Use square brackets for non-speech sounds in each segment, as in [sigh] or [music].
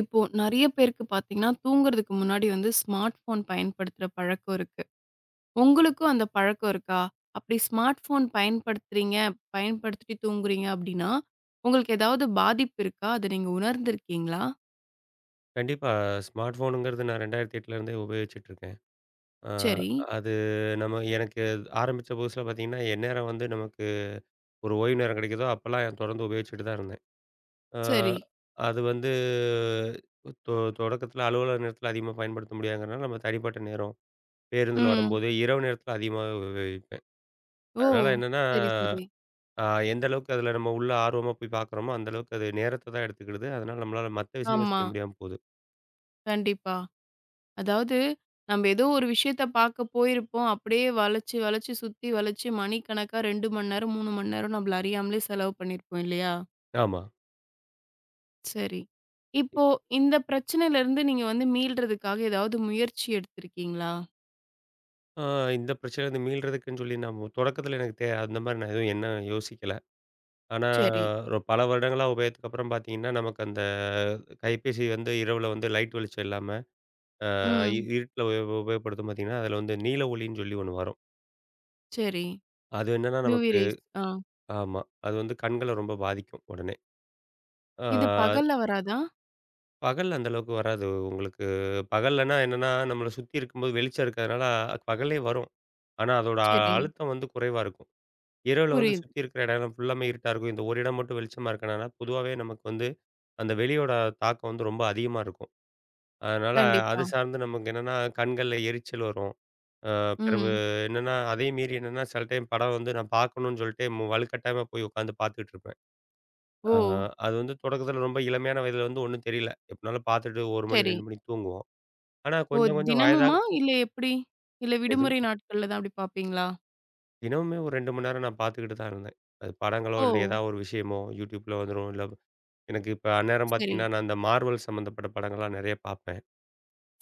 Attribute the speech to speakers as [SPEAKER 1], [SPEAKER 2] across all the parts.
[SPEAKER 1] இப்போ நெறைய பேருக்கு பார்த்தீங்கன்னா, தூங்குறதுக்கு முன்னாடி வந்து ஸ்மார்ட் ஃபோன் பயன்படுத்துற பழக்கம் இருக்கு. உங்களுக்கும் அந்த பழக்கம் இருக்கா? அப்படி ஸ்மார்ட் ஃபோன் பயன்படுத்துறீங்க, பயன்படுத்திட்டு தூங்குறீங்க அப்படின்னா, உங்களுக்கு ஏதாவது பாதிப்பு இருக்கா? அத நீங்க உணர்ந்திருக்கீங்களா?
[SPEAKER 2] கண்டிப்பா. ஸ்மார்ட் ஃபோனுங்கிறது நான் 2008 இருந்தே உபயோகிச்சுட்டு இருக்கேன். ஆ
[SPEAKER 1] சரி,
[SPEAKER 2] அது நம்ம எனக்கு ஆரம்பிச்ச புதுசுல பார்த்தீங்கன்னா, எந்நேரம் வந்து நமக்கு ஒரு ஓய்வு நேரம் கிடைக்குதோ, அப்பலாம் தொடர்ந்து உபயோகிச்சுட்டு தான் இருந்தேன். ஆ
[SPEAKER 1] சரி.
[SPEAKER 2] அது வந்து தொ தொடக்கத்தில அலுவலக நேரத்தில அதிகமா பயன்படுத்த முடியாதுங்கிறனால, நம்ம தனிப்பட்ட நேரம், பேருந்தில
[SPEAKER 1] ம்.
[SPEAKER 2] வரும்போது, இரவு நேரத்தில அதிகமாவே உபயோகிப்பேன்.
[SPEAKER 1] ஓ!
[SPEAKER 2] அதனால என்னன்னா,
[SPEAKER 1] சரி, சரி.
[SPEAKER 2] ஆ எந்த அளவுக்கு அதில நம்ம உள்ள ஆர்வமா போய் பார்க்குறோமோ, அந்த அளவுக்கு அது நேரத்த தான் எடுத்துக்கிடுது. அதனால நம்மளால மத்த விஷயங்கள்
[SPEAKER 1] ஆமா.
[SPEAKER 2] செய்ய முடியாம போகுது.
[SPEAKER 1] கண்டிப்பா. அதாவது நம்ம ஏதோ ஒரு விஷயத்த பார்க்க போயிருப்போம். அப்படியே வளைச்சு, வளைச்சு, சுத்தி வளைச்சு மணிக்கணக்கா 2 மணி நேரம், 3 மணி நேரம் நம்மள அறியாமலே செலவு பண்ணியிருப்போம் இல்லையா?
[SPEAKER 2] ஆமா.
[SPEAKER 1] சரி. இப்போ இந்த பிரச்சனையிலருந்து நீங்க வந்து மீள்றதுக்காக ஏதாவது முயற்சி எடுத்திருக்கீங்களா?
[SPEAKER 2] ஆ இந்த பிரச்சனையிலருந்து மீள்றதுக்குன்னு சொல்லி நம்ம தொடக்கத்தில எனக்கு அந்த மாரி நான் எதுவும் என்ன யோசிக்கல. ஆனா
[SPEAKER 1] சரி.
[SPEAKER 2] ஒரு பல வருடங்களா உபயோகத்துக்கு அப்புறம் பார்த்தீங்கன்னா, நமக்கு அந்த கைபேசி வந்து இரவுல வந்து லைட் வெளிச்சம் இல்லாம, ஆ இ
[SPEAKER 1] ம்.
[SPEAKER 2] இருட்டுல உபயோகப்படுத்தும் பார்த்தீங்கன்னா, அதில வந்து நீல ஒளின்னு சொல்லி ஒண்ணு வரும்.
[SPEAKER 1] சரி.
[SPEAKER 2] அது என்னன்னா
[SPEAKER 1] யூவி
[SPEAKER 2] நமக்கு
[SPEAKER 1] ரேஸ். ஆ.
[SPEAKER 2] ஆமா. அது வந்து கண்கள ரொம்ப பாதிக்கும் உடனே.
[SPEAKER 1] இது
[SPEAKER 2] ஆ
[SPEAKER 1] பகல்ல வராதா?
[SPEAKER 2] பகல்ல அந்த அளவுக்கு வராது உங்களுக்கு. பகல்லன்னா என்னன்னா, நம்மள சுத்தி இருக்கும்போது வெளிச்சம் இருக்கிறதுனால பகலே வரும். ஆனா அதோட
[SPEAKER 1] சரி.
[SPEAKER 2] அழுத்தம் வந்து குறைவா இருக்கும். இரவுல வந்து
[SPEAKER 1] புரியுது.
[SPEAKER 2] சுத்தி இருக்கிற இடம் ஃபுல்லாமே இருட்டா இருக்கும். இந்த ஒரு இடம் மட்டும் வெளிச்சமா இருக்கனால, பொதுவாவே நமக்கு வந்து அந்த வெளியோட தாக்கம் வந்து ரொம்ப அதிகமா இருக்கும். அதனால அது
[SPEAKER 1] கண்டிப்பா.
[SPEAKER 2] சார்ந்து நமக்கு என்னன்னா, கண்கள்ல எரிச்சல் வரும். அ பிறவு
[SPEAKER 1] ம்.
[SPEAKER 2] என்னன்னா, அதையும் மீறி என்னன்னா, சில டைம் படம் வந்து நான் பார்க்கணும்னு சொல்லிட்டு வலுக்கட்டாயமா போய் உட்காந்து பார்த்துட்டு இருப்பேன். அ
[SPEAKER 1] ஓ!
[SPEAKER 2] அது வந்து தொடக்கத்தில ரொம்ப இளமையான வயதில வந்து ஒண்ணும் தெரியல. எப்படினாலும் பார்த்துட்டு 1 மணி,
[SPEAKER 1] சரி.
[SPEAKER 2] 2 மணிக்கு தூங்குவோம். ஆனா
[SPEAKER 1] ஓ!
[SPEAKER 2] கொஞ்சம் கொஞ்சம் வயதாக
[SPEAKER 1] தினமுமா? இல்ல எப்படி? இல்ல
[SPEAKER 2] எதுவும்
[SPEAKER 1] விடுமுறை நாட்கள்ல தான் அப்படி பார்ப்பீங்களா?
[SPEAKER 2] தினமுமே ஒரு 2 மணி நேரம் நான் பார்த்துக்கிட்டு தான் இருந்தேன். அது படங்களோ,
[SPEAKER 1] ஓ!
[SPEAKER 2] இல்ல ஏதாவது ஒரு விஷயமோ, YouTubeல வந்துரும். இல்ல எனக்கு இப்ப அந்நேரம்
[SPEAKER 1] சரி.
[SPEAKER 2] பார்த்தீங்கன்னா, நான் இந்த மார்வல் சம்மந்தப்பட்ட படங்கள்லாம் நெறைய பார்ப்பேன்.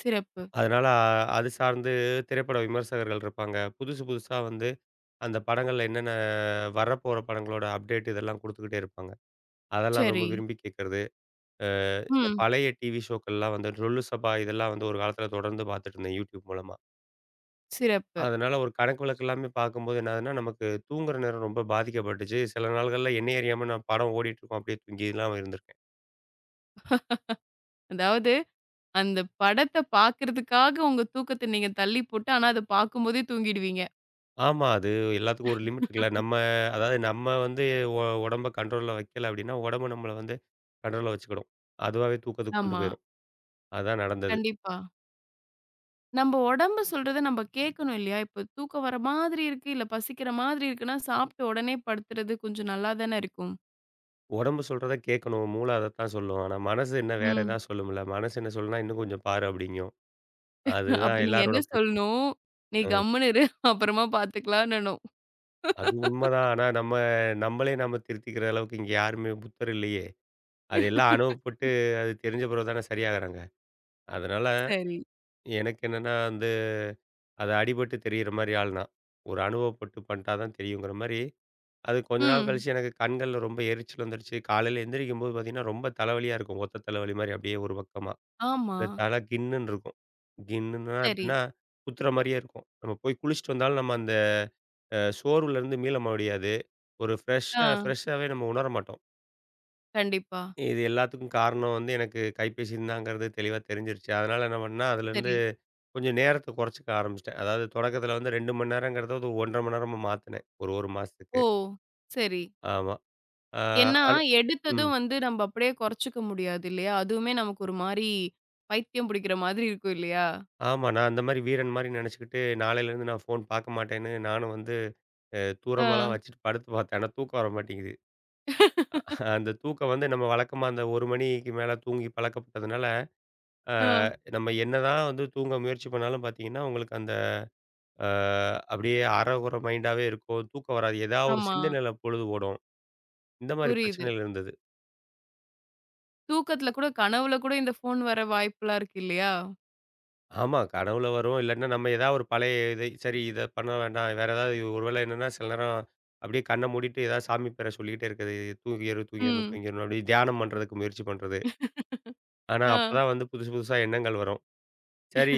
[SPEAKER 1] சிறப்பு.
[SPEAKER 2] அதனால அது சார்ந்து திரைப்பட விமர்சகர்கள் இருப்பாங்க. புதுசு புதுசா வந்து அந்த படங்கள்ல என்னென்ன வரப்போற படங்களோட அப்டேட் இதெல்லாம் குடுத்துக்கிட்டே இருப்பாங்க. அதெல்லாம் ரொம்ப
[SPEAKER 1] சரி.
[SPEAKER 2] விரும்பி கேட்கறது. அ இந்த
[SPEAKER 1] ம்.
[SPEAKER 2] பழைய டிவி ஷோக்கள்லாம் வந்து "லொல்லு சபா" இதெல்லாம் வந்து ஒரு காலத்தில தொடர்ந்து பார்த்துட்டுருந்தேன் YouTube மூலமா.
[SPEAKER 1] சிறப்பு.
[SPEAKER 2] அதனால ஒரு கணக்கு வழக்கு எல்லாமே பார்க்கும்போது என்ன ஆகுதுன்னா, நமக்கு தூங்குற நேரம் ரொம்ப பாதிக்கப்பட்டுச்சு. சில நாள்கள்ல என்னைய அறியாம நான் படம் ஓடிட்டுருக்கும். அப்படியே தூங்கிலாம் இருந்திருக்கேன்.
[SPEAKER 1] அதாவது அந்த படத்த பார்க்கறதுக்காக உங்க தூக்கத்த நீங்க தள்ளி போட்டு, ஆனா அத பார்க்கும்போதே தூங்கிடுவீங்க.
[SPEAKER 2] ஆமா. அது எல்லாத்துக்கும் ஒரு லிமிட் இருக்குல்ல. அதாவது நம்ம வந்து ஒ உடம்ப கண்ட்ரோல்ல வைக்கல அப்டின்னா, உடம்பு நம்மள வந்து கண்ட்ரோல்ல வச்சுக்கிடும். அதுவாவே தூக்கத்துக்கு கொண்டு
[SPEAKER 1] ஆமா.
[SPEAKER 2] போயிரும். அதான் நடந்தது.
[SPEAKER 1] கண்டிப்பா. நம்ப உடம்பு சொல்றத நம்ப கேட்கணும் இல்லையா? இப்ப தூக்கம் வர மாதிரி இருக்கு, இல்ல பசிக்கிற மாதிரி இருக்குன்னா, சாப்பிட்ட உடனே படுத்துறது கொஞ்சம் நல்லா தானே இருக்கும்.
[SPEAKER 2] உடம்பு சொல்றத கேட்கணும். மூளை அதத்தான் சொல்லும். ஆனா மனசு என்ன வேற
[SPEAKER 1] ம்.
[SPEAKER 2] ஏதாவது சொல்லும்ல. மனசு என்ன சொல்லும்னா, "இன்னும் கொஞ்சம் பாரு" அப்படிங்கும்.
[SPEAKER 1] அப்ப
[SPEAKER 2] அதுதான்
[SPEAKER 1] நீங்க என்ன
[SPEAKER 2] எல்லாரோட பிரச்சனை.
[SPEAKER 1] சொல்லணும்? "நீ
[SPEAKER 2] அ
[SPEAKER 1] கம்முனு இரு, அப்புறமா பார்த்துக்கலாம்னணும்."
[SPEAKER 2] அது உண்மதான். ஆனா நம்மளே நம்ம திருத்திக்கிற அளவுக்கு இங்க யாருமே புத்தர் இல்லையே. அது எல்லாம் அனுபவப்பட்டு அது தெரிஞ்ச பிறகு தானே சரியாகுறாங்க. அதனால
[SPEAKER 1] சரி.
[SPEAKER 2] எனக்கு என்னன்னா, அந்த அது அடிபட்டு தெரியிற மாரி ஆள் நான். ஒரு அனுபவப்பட்டு பண்ட்டா தான் தெரியுங்கிற மாரி, அது கொஞ்ச நாள்
[SPEAKER 1] ம்.
[SPEAKER 2] கழிச்சு எனக்கு கண்கள்ல ரொம்ப எரிச்சல் வந்துருச்சு. காலையில எந்திரிக்கும்போது பார்த்தீங்கன்னா, ரொம்ப தலைவலியா இருக்கும். ஒத்த தலைவலி மாரி அப்படியே ஒரு பக்கமா.
[SPEAKER 1] ஆமா.
[SPEAKER 2] இல்ல தலை கின்னுன்னு இருக்கும். கின்னுன்னா
[SPEAKER 1] சரி.
[SPEAKER 2] எப்படின்னா, குத்துற மாரியே இருக்கும். நம்ம போய் குளிச்சுட்டு வந்தாலும் நம்ம அந்த சோர்வுலேருந்து மீள முடியாது. ஒரு
[SPEAKER 1] ஆ.
[SPEAKER 2] ஃப்ரெஷ்ஷாவே நம்ம உணர மாட்டோம்.
[SPEAKER 1] கண்டிப்பா.
[SPEAKER 2] இது எல்லாத்துக்கும் காரணம் வந்து எனக்கு கைபேசின்னு தாங்கிறது தெளிவா தெரிஞ்சிருச்சு. அதனால என்ன பண்ணேன்னா, அதுலேருந்து
[SPEAKER 1] சரி.
[SPEAKER 2] கொஞ்சம் நேரத்த குறைச்சுக்க ஆரம்பிச்சுட்டேன். அதாவது தொடக்கத்தில வந்து 2 மணி நேரங்கிறத ஒரு 1 1/2 மணி நேரமா மாத்துனேன். ஒரு 1 மாசத்துக்கு.
[SPEAKER 1] ஓ! சரி.
[SPEAKER 2] ஆமா. ஆ
[SPEAKER 1] ஏன்னா,
[SPEAKER 2] ஆனா ம்.
[SPEAKER 1] எடுத்ததும் வந்து நம்ப அப்படியே குறைச்சுக்க முடியாது இல்லையா? அதுவுமே நமக்கு ஒரு மாரி பைத்தியம் பிடிக்கிற மாதிரி இருக்கும் இல்லையா?
[SPEAKER 2] ஆமா. நான் அந்த மாரி வீரன் மாரி நெனச்சுக்கிட்டு நாளையிலேருந்து நான் ஃபோன் பார்க்க மாட்டேன்னு நானும் வந்து
[SPEAKER 1] ஆ.
[SPEAKER 2] தூரமாலாம் வச்சுட்டு படுத்து பார்த்தேன். ஆனா தூக்கம் வர மாட்டேங்குது. அந்த தூக்கம் வந்து நம்ம வழக்கமா அந்த 1 மணிக்கு மேல தூங்கி பழக்கப்பட்டதுனால, ஆ
[SPEAKER 1] ஆ.
[SPEAKER 2] நம்ம என்னதான் வந்து தூங்க முயற்சி பண்ணாலும் பார்த்தீங்கன்னா, உங்களுக்கு அந்த அ அப்படியே அரைகுறை மைண்டாவே இருக்கும். தூக்கம் வராது. ஏதாவது ஒரு
[SPEAKER 1] ஆமா.
[SPEAKER 2] சிந்தனையில பொழுது ஓடும். இந்த மாரி
[SPEAKER 1] புரியுது.
[SPEAKER 2] பிரச்சனைகள் இருந்தது.
[SPEAKER 1] தூக்கத்துல கூட கனவுல கூட இந்த ஃபோன் வர வாய்ப்புலாம் இருக்கு இல்லையா?
[SPEAKER 2] ஆமா. கனவுல வரும். இல்லன்னா நம்ம ஏதாவது ஒரு பழைய இதை சரி இத பண்ண வேண்டாம். வேற ஏதாவது ஒருவேளை என்னன்னா சில நேரம் அப்படியே கண்ண மூடிட்டு ஏதாவது சாமி பேர சொல்லிக்கிட்டே இருக்கிறது. தூங்கிரு, தூங்கிரணும்,
[SPEAKER 1] ம்.
[SPEAKER 2] தூங்கிரணும் அப்படியே தியானம் பண்றதுக்கு முயற்சி பண்றது. ஆனா,
[SPEAKER 1] ஆ.
[SPEAKER 2] அப்பதான் வந்து புதுசு புதுசா எண்ணங்கள் வரும். சரி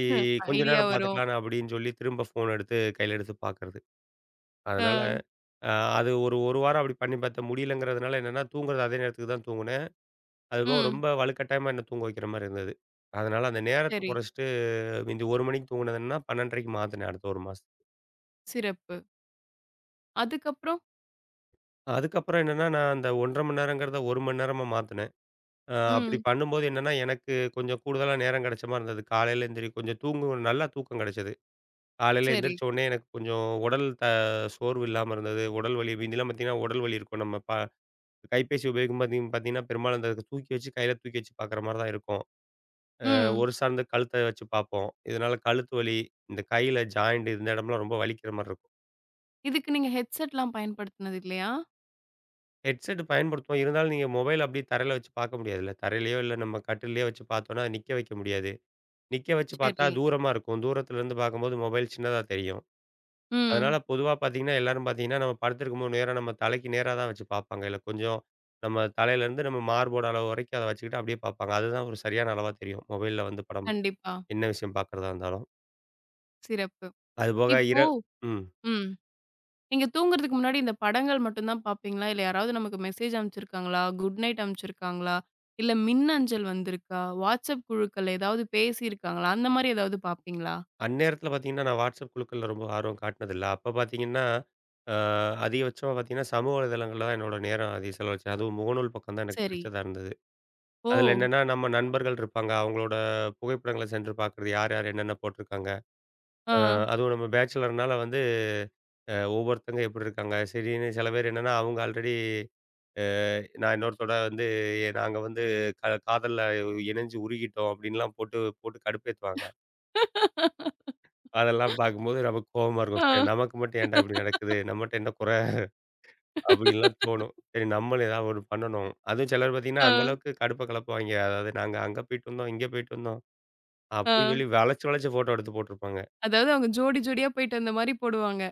[SPEAKER 2] கொஞ்ச
[SPEAKER 1] ஐடியா
[SPEAKER 2] நேரம்
[SPEAKER 1] வரும்.
[SPEAKER 2] பார்த்துக்கலாம் அப்படின்னு சொல்லி திரும்ப ஃபோன் எடுத்து கையில எடுத்து பார்க்கறது.
[SPEAKER 1] ஆ.
[SPEAKER 2] அதனால அ அது ஒரு 1 வாரம் அப்படி பண்ணி பார்த்தேன். முடியலங்கிறதுனால என்னன்னா தூங்குறது அதே நேரத்துக்கு தான் தூங்குனேன். அதுபோக
[SPEAKER 1] ம்.
[SPEAKER 2] ரொம்ப வலுக்கட்டாயமா என்ன தூங்க வைக்கிற மாரி இருந்தது. அதனால அந்த நேரத்த
[SPEAKER 1] சரி.
[SPEAKER 2] குறைச்சுட்டு மிந்தி 1 மணிக்கு தூங்குனதுன்னா 12:30க்கு மாத்துனேன் அடுத்த 1 மாசம்.
[SPEAKER 1] சிறப்பு. அதுக்கப்புறம்?
[SPEAKER 2] அதுக்கப்புறம் என்னன்னா, நான் அந்த 1 1/2 மணி நேரங்கிறத 1 மணி நேரமா மாத்துனேன். அப்படி
[SPEAKER 1] ம்.
[SPEAKER 2] பண்ணும்போது என்னன்னா, எனக்கு கொஞ்சம் கூடுதலா நேரம் கிடைச்ச மாரி இருந்தது. காலையில எந்திரி கொஞ்சம் தூங்கும் நல்லா தூக்கம் கிடைச்சது. காலையில
[SPEAKER 1] சரி.
[SPEAKER 2] எந்திரிச்ச உடனே எனக்கு கொஞ்சம் உடல் த சோர்வு இல்லாம இருந்தது. உடல் வலி மிந்திலாம் பார்த்தீங்கன்னா, உடல் வலி இருக்கும். நம்ம ப கைபேசி உபயோகிக்கும் பார்த்தீங்கன்னா, பெரும்பாலும் அந்த தூக்கி வச்சு கையில தூக்கி வச்சு பார்க்குற மாரி தான் இருக்கும்.
[SPEAKER 1] ம்.
[SPEAKER 2] ஒரு சார்ந்த கழுத்த வச்சு பார்ப்போம். இதனால கழுத்து வலி, இந்த கையில ஜாயிண்ட் இந்த இடம்லாம் ரொம்ப வலிக்கிற மாரி இருக்கும்.
[SPEAKER 1] இதுக்கு நீங்க ஹெட்செட்லாம் பயன்படுத்தினது இல்லையா?
[SPEAKER 2] ஹெட்செட் பயன்படுத்துவோம். இருந்தாலும் நீங்க மொபைல் அப்படியே தரையில வச்சு பார்க்க முடியாதுல்ல. தரையிலயோ இல்ல நம்ம கட்டில்லயோ வச்சு பார்த்தோம்னா, அத நிக்க வைக்க முடியாது. நிக்க வச்சு பார்த்தா
[SPEAKER 1] சரி.
[SPEAKER 2] தூரமா இருக்கும். தூரத்திலருந்து பார்க்கும்போது மொபைல் சின்னதா தெரியும். அதனால
[SPEAKER 1] ம்.
[SPEAKER 2] பொதுவா பார்த்தீங்கன்னா, எல்லாரும் பார்த்தீங்கன்னா, நம்ம படுத்திருக்கும்போது நேரா நம்ம தலைக்கு நேரா தான் வச்சு பார்ப்பாங்க. இல்ல கொஞ்சம் நம்ம தலையிலேருந்து நம்ம மார்போட அளவு வரைக்கும் அத வச்சுக்கிட்டு அப்படியே பார்ப்பாங்க. அதுதான் ஒரு சரியான அளவா தெரியும். மொபைல்ல வந்து படம்
[SPEAKER 1] கண்டிப்பா.
[SPEAKER 2] என்ன விஷயம் பார்க்கறதா இருந்தாலும்.
[SPEAKER 1] சிறப்பு.
[SPEAKER 2] அதுபோக இர
[SPEAKER 1] இப்போ
[SPEAKER 2] ம்.
[SPEAKER 1] ம். நீங்க தூங்குறதுக்கு முன்னாடி இந்த படங்கள் மட்டும் தான் பார்ப்பீங்களா? இல்ல யாராவது நமக்கு மெசேஜ் அனுப்பிச்சிருக்காங்களா? குட் நைட் அனுப்பிச்சிருக்காங்களா? இல்ல மின்னஞ்சல் வந்திருக்கா? WhatsApp குழுக்கள் ஏதாவது பேசியிருக்காங்களா? அந்த மாரி ஏதாவது பார்ப்பீங்களா?
[SPEAKER 2] அந்நேரத்துல பார்த்தீங்கன்னா, நான் WhatsApp குழுக்கள்ல ரொம்ப ஆர்வம் காட்டினதில்ல. அப்ப பார்த்தீங்கன்னா, அ அதிகபட்சமா பார்த்தீங்கன்னா, சமூக வலைதளங்கள்ல தான் என்னோட நேரம் அதிக செலவழிச்சேன். அதுவும் முகநூல் பக்கம் தான் எனக்கு
[SPEAKER 1] சரி.
[SPEAKER 2] பிடிச்சதா இருந்தது.
[SPEAKER 1] ஓ!
[SPEAKER 2] அதில என்னன்னா, நம்ம நண்பர்கள் இருப்பாங்க. அவங்களோட புகைப்படங்கள சென்று பார்க்குறது. யார், யார் என்னென்ன போட்டிருக்காங்க.
[SPEAKER 1] ஆ.
[SPEAKER 2] அ அதுவும் நம்ம பேச்சுலர்னால வந்து ஒவ்வொருத்தங்க எப்படி இருக்காங்க. சரின்னு சில பேர் என்னன்னா, அவங்க ஆல்ரெடி அ நான் இன்னொருத்தரோட வந்து நாங்க வந்து காதல்ல இணைஞ்சு உருகிட்டோம் அப்படின்லாம் போட்டு போட்டு கடுப்பேத்துவாங்க. அதெல்லாம் பார்க்கும்போது நமக்கு கோவமா இருக்கும்.
[SPEAKER 1] ஆ.
[SPEAKER 2] சரி நமக்கு மட்டும் ஏன்டா இப்படி நடக்குது? நம்மட்ட என்ன குறை? அப்படின்லாம் தோணும். சரி நம்மளும் ஏதாவது ஒண்ணு பண்ணணும். அதுவும் சிலர் பார்த்தீங்கன்னா,
[SPEAKER 1] ஆ,
[SPEAKER 2] அந்த அளவுக்கு கடுப்ப கலப்புவாய்ங்க. அதாவது நாங்க அங்க போயிட்டு வந்தோம், இங்க போயிட்டு வந்தோம்.
[SPEAKER 1] ஆ.
[SPEAKER 2] அப்படின்னு சொல்லி வளைச்சு வளைச்சு ஃபோட்டோ எடுத்து போட்டிருப்பாங்க.
[SPEAKER 1] அதாவது அவங்க ஜோடி ஜோடியா போயிட்டு வந்த மாரி போடுவாங்க.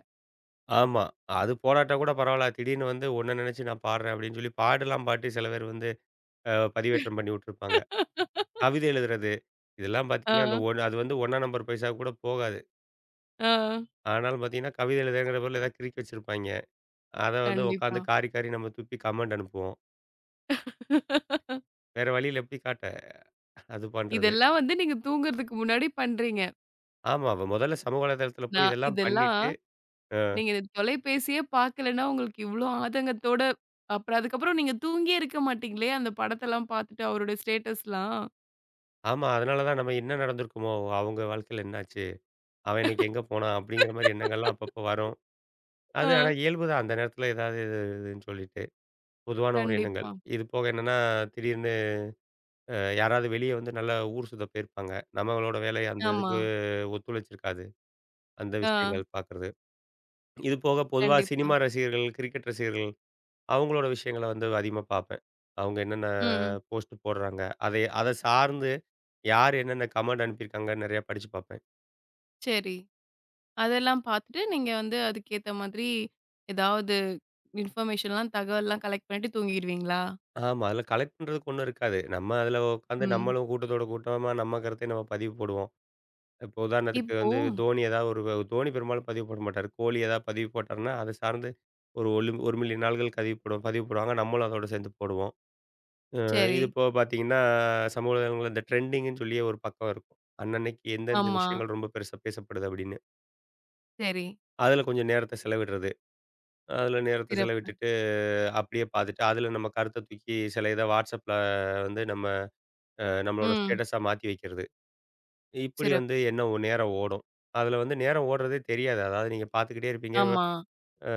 [SPEAKER 2] ஆமா. அது போடாட்டா கூட பரவால்ல. திடீர்னு வந்து உன்ன நினைச்சு நான் பாடுறேன் அப்படின்னு சொல்லி பாடலாம் பாட்டு சில பேர் வந்து பதிவேற்றம் பண்ணி விட்டுருப்பாங்க. கவிதை எழுதுறது. இதெல்லாம் பார்த்தீங்கன்னா, அந்த
[SPEAKER 1] ஆ,
[SPEAKER 2] ஒண்ணு அது வந்து 1ஆம் நம்பர் பைசா கூட போகாது.
[SPEAKER 1] ஆ.
[SPEAKER 2] ஆனாலும் பார்த்தீங்கன்னா, கவிதை எழுதுறேங்கிற பேர்ல ஏதாவது கிறுக்கி வச்சிருப்பாய்ங்க. அத வந்து
[SPEAKER 1] கண்டிப்பா.
[SPEAKER 2] உட்காந்து காரி, காரி நம்ம துப்பி கமெண்ட் அனுப்புவோம். வேற வழியில எப்படி காட்ட? அது பண்றது.
[SPEAKER 1] இதெல்லாம் வந்து நீங்க தூங்குறதுக்கு முன்னாடி பண்றீங்க.
[SPEAKER 2] ஆமா. அவ முதல்ல சமூக வலைதளத்தில போய்
[SPEAKER 1] நான்
[SPEAKER 2] இதெல்லாம்
[SPEAKER 1] இதெல்லாம்
[SPEAKER 2] பண்ணிட்டு அ
[SPEAKER 1] நீங்க இந்த தொலைபேசியே பார்க்கலன்னா, உங்களுக்கு இவ்ளோ ஆதங்கத்தோட அப்புறம் அதுக்கப்புறம் நீங்க தூங்கியே இருக்க மாட்டீங்களே! அந்த படத்தெல்லாம் பார்த்துட்டு அவருடைய ஸ்டேட்டஸ்லாம்.
[SPEAKER 2] ஆமா. அதனால தான் நம்ம என்ன நடந்திருக்குமோ? அவங்க வாழ்க்கையில என்னாச்சு? அவன் இன்னைக்கு எங்க போனான்? அப்படிங்கிற மாரி எண்ணங்கள்லாம் அப்பப்போ வரும்.
[SPEAKER 1] ஆ.
[SPEAKER 2] அது ஆனா இயல்பு தான். அந்த நேரத்தில ஏதாவது இது இதுன்னு சொல்லிட்டு. பொதுவான ஒரு எண்ணங்கள்.
[SPEAKER 1] கண்டிப்பா.
[SPEAKER 2] இது போக என்னன்னா, திடீர்னு யாராவது வெளிய வந்து நல்லா ஊர் சுத்த போயிருப்பாங்க. நம்மளோட வேலை அந்த
[SPEAKER 1] ஆமா.
[SPEAKER 2] இதுக்கு ஒத்துழைச்சிருக்காது. அந்த
[SPEAKER 1] ஆ.
[SPEAKER 2] விஷயங்கள் பார்க்கறது. இது போக பொதுவா
[SPEAKER 1] கண்டிப்பா.
[SPEAKER 2] சினிமா ரசிகர்கள், கிரிக்கெட் ரசிகர்கள் அவங்களோட விஷயங்கள வந்து அதிகமா பார்ப்பேன். அவங்க என்னென்ன
[SPEAKER 1] ம்.
[SPEAKER 2] போஸ்ட் போடுறாங்க? அதை அதை சார்ந்து யார் என்னென்ன கமெண்ட் அனுப்பியிருக்காங்கன்னு நெறையா படிச்சு பார்ப்பேன்.
[SPEAKER 1] சரி. அதெல்லாம் பார்த்துட்டு நீங்க வந்து அதுக்கேத்த மாதிரி ஏதாவது இன்ஃபர்மேஷன்லாம் தகவல்லாம் கலெக்ட் பண்ணிட்டு தூங்கிருவீங்களா?
[SPEAKER 2] ஆமா. அதில கலெக்ட் பண்றதுக்கு ஒண்ணும் இருக்காது. நம்ம அதில உட்காந்து
[SPEAKER 1] ம்.
[SPEAKER 2] நம்மளும் கூட்டத்தோட கூட்டமா நம்ம கருத்தை நம்ம பதிவு போடுவோம். இப்போ உதாரணத்துக்கு
[SPEAKER 1] இப்போ
[SPEAKER 2] வந்து தோனி ஏதாவது ஒரு தோனி பெரும்பாலும் பதிவு போட மாட்டாரு. கோலி ஏதாவது பதிவு போட்டாருன்னா, அதை சார்ந்து ஒரு 1 மில்லியன் நாள்கள் பதிவு போடுவோம் பதிவு போடுவாங்க. நம்மளும் அதோட சேர்ந்து போடுவோம். அ
[SPEAKER 1] சரி.
[SPEAKER 2] இது போக பார்த்தீங்கன்னா, சமூக வலைதளங்கள்ல இந்த ட்ரெண்டிங்ன்னு சொல்லி ஒரு பக்கம் இருக்கும். அன்னன்னைக்கு எந்தெந்த
[SPEAKER 1] ஆமா.
[SPEAKER 2] விஷயங்கள் ரொம்ப பெருசா பேசப்படுது அப்படின்னு.
[SPEAKER 1] சரி.
[SPEAKER 2] அதில கொஞ்சம் நேரத்த செலவிடுறது. அதில நேரத்த
[SPEAKER 1] சிறப்பு.
[SPEAKER 2] செலவிட்டுட்டு, அப்படியே பார்த்துட்டு, அதில நம்ம கருத்த தூக்கி சில இத WhatsAppல வந்து நம்ம நம்மளோட
[SPEAKER 1] ம்.
[SPEAKER 2] ஸ்டேட்டஸா மாத்தி வைக்கிறது. இப்படி
[SPEAKER 1] சிறப்பு.
[SPEAKER 2] வந்து என்ன நேரம் ஓடும். அதில வந்து நேரம் ஓடுறதே தெரியாது. அதாவது நீங்க பார்த்துக்கிட்டே இருப்பீங்க.
[SPEAKER 1] ஆமா.
[SPEAKER 2] அ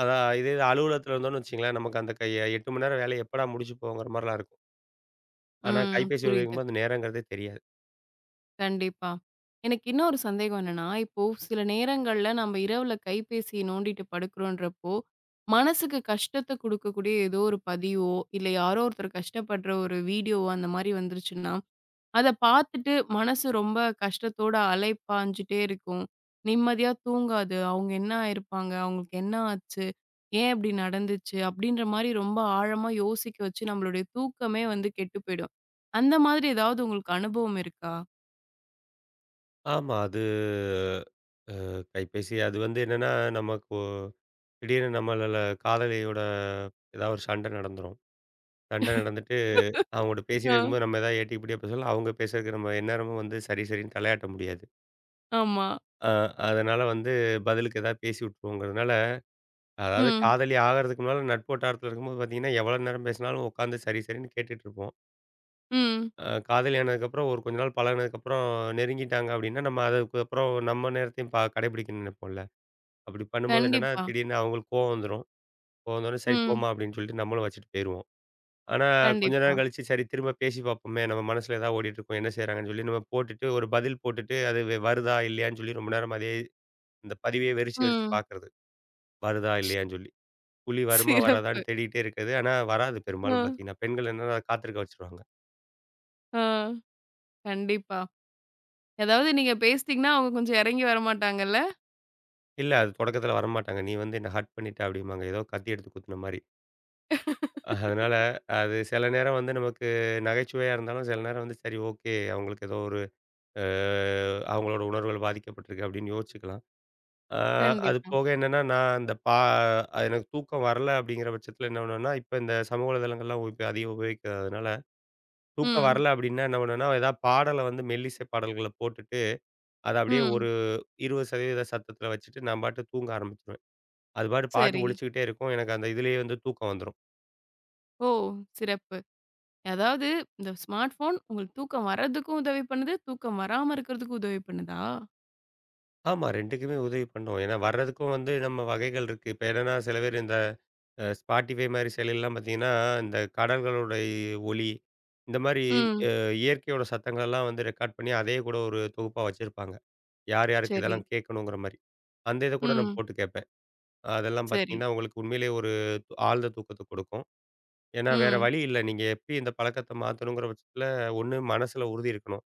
[SPEAKER 2] அதான் இதே இது அலுவலகத்தில இருந்தோம்னு வச்சுக்கங்களேன், நமக்கு அந்த 8 மணி நேரம் வேலைய எப்படா முடிச்சு போவோங்கிற மாரிலாம் இருக்கும். ஆனா
[SPEAKER 1] ம்.
[SPEAKER 2] கைபேசி
[SPEAKER 1] புரியுது.
[SPEAKER 2] உபயோகிக்கும்போது அந்த நேரங்கிறதே தெரியாது.
[SPEAKER 1] கண்டிப்பா. எனக்கு இன்னொரு சந்தேகம் என்னன்னா, இப்போ சில நேரங்கள்ல நம்ம இரவுல கைபேசிய நோண்டிட்டு படுக்கிறோன்றப்போ, மனசுக்கு கஷ்டத்த குடுக்கக்கூடிய ஏதோ ஒரு பதிவோ, இல்ல யாரோ ஒருத்தர் கஷ்டப்படுற ஒரு வீடியோவோ அந்த மாரி வந்துருச்சுன்னா, அத பார்த்துட்டு மனசு ரொம்ப கஷ்டத்தோட அலைப்பாஞ்சுட்டே இருக்கும். நிம்மதியா தூங்காது. அவங்க என்ன ஆயிருப்பாங்க? அவங்களுக்கு என்ன ஆச்சு? ஏன் இப்படி நடந்துச்சு? அப்படின்ற மாரி ரொம்ப ஆழமா யோசிக்க வச்சு நம்மளுடைய தூக்கமே வந்து கெட்டு போயிடும். அந்த மாதிரி ஏதாவது உங்களுக்கு அனுபவம் இருக்கா?
[SPEAKER 2] ஆமா. அது கைபேசி அது வந்து என்னன்னா, நமக்கு திடீர்னு நம்மள காதலியோட ஏதாவது ஒரு சண்டை நடந்துரும். சண்டை நடந்துட்டு, அவங்கூட
[SPEAKER 1] [laughs]
[SPEAKER 2] பேசிட்டு
[SPEAKER 1] ஆ,
[SPEAKER 2] இருக்கும்போது நம்ம ஏதாவது ஏட்டி இப்படியா பேசலாம். அவங்க பேசுறதுக்கு நம்ம எந்நேரமும் வந்து சரி, சரின்னு தலையாட்ட முடியாது.
[SPEAKER 1] ஆமா.
[SPEAKER 2] அ அதனால வந்து பதிலுக்கு ஏதாவது பேசி விட்டுருவோங்கிறதுனால, அதாவது
[SPEAKER 1] ம்,
[SPEAKER 2] காதலி ஆகறதுக்கு முன்னால நட்பு வட்டாரத்தில இருக்கும்போது பார்த்தீங்கன்னா, எவ்வளோ நேரம் பேசினாலும் உட்காந்து சரி, சரின்னு கேட்டுட்டு இருப்போம்.
[SPEAKER 1] ம்.
[SPEAKER 2] காதலி ஆனதுக்கப்புறம் ஒரு கொஞ்ச நாள் பழகுனதுக்கப்புறம் நெருங்கிட்டாங்க அப்படின்னா, நம்ம அதுக்கப்புறம் நம்ம நேரத்தையும் கடைபிடிக்கணும்னு நினைப்போம்ல. அப்படி பண்ணும்போது என்னன்னா,
[SPEAKER 1] கண்டிப்பா.
[SPEAKER 2] திடீர்னு அவங்களுக்கு கோவம் வந்துரும். கோவம் வந்தோனே, "சரி
[SPEAKER 1] ம்.
[SPEAKER 2] போம்மா" அப்படின்னு சொல்லிட்டு நம்மளும் வச்சுட்டு போயிருவோம். ஆனா, கொஞ்ச
[SPEAKER 1] கண்டிப்பா.
[SPEAKER 2] நேரம் கழிச்சு, சரி திரும்ப பேசி பார்ப்போமே! நம்ம மனசுல ஏதாவது ஓடிட்டுருக்கும். என்ன செய்றாங்கன்னு சொல்லி நம்ம போட்டுட்டு, ஒரு பதில் போட்டுட்டு, அது வருதா? இல்லையான்னு சொல்லி ரொம்ப நேரம் அதே இந்த பதிவையே வெறிச்சு வெறிச்சு
[SPEAKER 1] ம்.
[SPEAKER 2] பார்க்குறது. வருதா? இல்லையான்னு சொல்லி. புலி வருமா?
[SPEAKER 1] சிறப்பு.
[SPEAKER 2] வராதான்னு தேடிக்கிட்டே இருக்கிறது. ஆனா, வராது
[SPEAKER 1] ஆ,
[SPEAKER 2] பெரும்பாலும் பார்த்தீங்கன்னா. பெண்கள் என்னன்னா அதை காத்திருக்க வச்சுருவாங்க.
[SPEAKER 1] ஆ. கண்டிப்பா. ஏதாவது நீங்க பேசிட்டீங்கன்னா அவங்க கொஞ்சம் இறங்கி வரமாட்டாங்கல்ல?
[SPEAKER 2] இல்ல அது தொடக்கத்தில வரமாட்டாங்க. "நீ வந்து என்ன ஹர்ட் பண்ணிட்ட" அப்படிம்பாங்க. ஏதோ கத்தி எடுத்து குத்துன மாரி. அதனால, அது சில நேரம் வந்து நமக்கு நகைச்சுவையா இருந்தாலும், சில நேரம் வந்து சரி ஓகே. அவங்களுக்கு ஏதோ ஒரு அ அவங்களோட உணர்வுகள் பாதிக்கப்பட்டிருக்கு அப்படின்னு யோசிச்சுக்கலாம். அ அது
[SPEAKER 1] கண்டிப்பா.
[SPEAKER 2] போக என்னன்னா, நான் அந்த அது எனக்கு தூக்கம் வரல அப்படிங்கிற பட்சத்தில என்ன பண்ணுவேன்னா, இப்ப இந்த சமூக வலைதளங்கள்லாம் இப்ப அதிகம் உபயோகிக்கிறதுனால, தூக்கம்
[SPEAKER 1] ம்,
[SPEAKER 2] வரல அப்படின்னா என்ன பண்ணுவேன்னா, ஏதாவது பாடல வந்து மெல்லிசை பாடல்கள போட்டுட்டு, அத அப்படியே
[SPEAKER 1] ம்.
[SPEAKER 2] ஒரு 20% சத்தத்தில வச்சுட்டு நான் பாட்டு தூங்க ஆரம்பிச்சுருவேன். அது பாட்டு பாட்டு
[SPEAKER 1] சரி.
[SPEAKER 2] ஒலிச்சுக்கிட்டே இருக்கும். எனக்கு அந்த இதுலயே வந்து தூக்கம் வந்துரும்.
[SPEAKER 1] ஓ! சிறப்பு. அதாவது இந்த ஸ்மார்ட் ஃபோன் உங்களுக்கு தூக்கம் வர்றதுக்கும் உதவி பண்ணுது, தூக்கம் வராம இருக்கிறதுக்கும் உதவி பண்ணுதா?
[SPEAKER 2] ஆமா 2க்குமே உதவி பண்ணும். ஏன்னா வர்றதுக்கும் வந்து நம்ம வகைகள் இருக்கு. இப்ப என்னன்னா சில பேர் இந்த Spotify மாரி செயலிலாம் பார்த்தீங்கன்னா, இந்த கடல்களுடைய ஒலி, இந்த மாரி
[SPEAKER 1] ம்.
[SPEAKER 2] அ இயற்கையோட சத்தங்களெல்லாம் வந்து ரெக்கார்ட் பண்ணி, அதே கூட ஒரு தொகுப்பா வச்சிருப்பாங்க. யார் யாருக்கு
[SPEAKER 1] சரி.
[SPEAKER 2] இதெல்லாம் கேட்கணுங்கிற மாரி. அந்த இத கூட நான்
[SPEAKER 1] ம்.
[SPEAKER 2] போட்டு கேட்பேன். அதெல்லாம்
[SPEAKER 1] சரி.
[SPEAKER 2] பார்த்தீங்கன்னா, உங்களுக்கு உண்மையிலேயே ஒரு ஆழ்ந்த தூக்கத்த கொடுக்கும். ஏன்னா, வேற
[SPEAKER 1] ம்.
[SPEAKER 2] வழி இல்ல. நீங்க எப்படி இந்த பழக்கத்த மாத்தணுங்கிற பட்சத்தில, ஒண்ணு மனசுல உறுதி இருக்கணும்.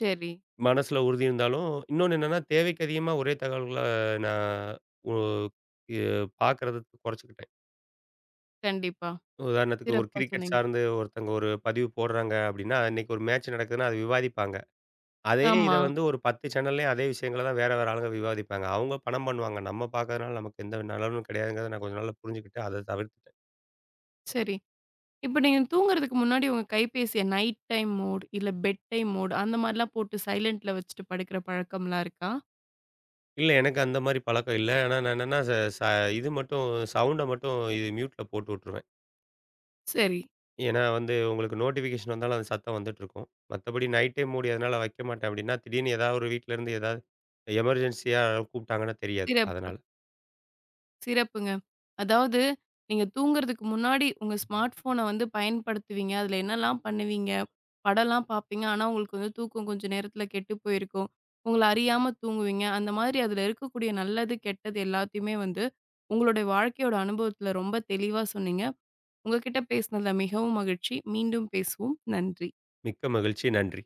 [SPEAKER 1] சரி.
[SPEAKER 2] மனசுல உறுதி இருந்தாலும், இன்னொன்னு என்னன்னா, தேவைக்கு அதிகமா ஒரே தகவல்கள நான் ஒ இ பார்க்கறது குறைச்சுக்கிட்டேன்.
[SPEAKER 1] கண்டிப்பா.
[SPEAKER 2] உதாரணத்துக்கு ஒரு
[SPEAKER 1] சிறப்பா
[SPEAKER 2] கிரிக்கெட்
[SPEAKER 1] சொன்னீங்க.
[SPEAKER 2] சார்ந்து ஒருத்தங்க ஒரு பதிவு போடுறாங்க அப்படின்னா, அன்னைக்கு ஒரு மேட்ச் நடக்குதுன்னா அது விவாதிப்பாங்க. அதே இத
[SPEAKER 1] ஆமா.
[SPEAKER 2] வந்து ஒரு 10 சேனல்லயும் அதே விஷயங்கள தான் வேற, வேற ஆளுங்க விவாதிப்பாங்க. அவங்க பணம் பண்ணுவாங்க. நம்ம பார்க்கறதுனால நமக்கு எந்த நலனும் கிடையாதுங்கிறத நான் கொஞ்ச நாள்ல புரிஞ்சுக்கிட்டு அத தவிர்த்துட்டேன்.
[SPEAKER 1] சரி. இப்ப நீங்க தூங்குறதுக்கு முன்னாடி உங்க கைபேசிய நைட் டைம் மோட் இல்ல பெட் டைம் மோட் அந்த மாரிலாம் போட்டு சைலன்ட்ல வச்சுட்டு படுக்கிற பழக்கம்லாம் இருக்கா?
[SPEAKER 2] இல்ல எனக்கு அந்த மாரி பழக்கம் இல்ல. ஆனா நான் என்னன்னா ச ச இது மட்டும் சவுண்ட மட்டும் இது மியூட்ல போட்டு விட்டுருவேன்.
[SPEAKER 1] சரி.
[SPEAKER 2] ஏன்னா வந்து உங்களுக்கு நோட்டிஃபிகேஷன் வந்தாலும் அந்த சத்தம் வந்துட்டுருக்கும். மத்தபடி நைட் டைம் மூடி அதனால வைக்க மாட்டேன் அப்படின்னா, திடீர்னு ஏதாவது ஒரு வீட்ல இருந்து ஏதாவது எமர்ஜென்சியா கூப்பிட்டாங்கன்னா தெரியாது.
[SPEAKER 1] சிறப்பு.
[SPEAKER 2] அதனால.
[SPEAKER 1] சிறப்புங்க. அதாவது நீங்க தூங்குறதுக்கு முன்னாடி உங்க ஸ்மார்ட் ஃபோன வந்து பயன்படுத்துவீங்க. அதுல என்னலாம் பண்ணுவீங்க? படம்லாம் பார்ப்பீங்க. ஆனா, உங்களுக்கு வந்து தூக்கம் கொஞ்சம் நேரத்துல கெட்டு போயிருக்கும். உங்கள அறியாம தூங்குவீங்க. அந்த மாதிரி அதுல இருக்கக்கூடிய நல்லது, கெட்டது எல்லாத்தையுமே வந்து உங்களுடைய வாழ்க்கையோட அனுபவத்துல ரொம்ப தெளிவா சொன்னீங்க. உங்க கிட்ட பேசினதுல மிகவும் மகிழ்ச்சி. மீண்டும் பேசுவோம். நன்றி.
[SPEAKER 2] மிக்க மகிழ்ச்சி. நன்றி.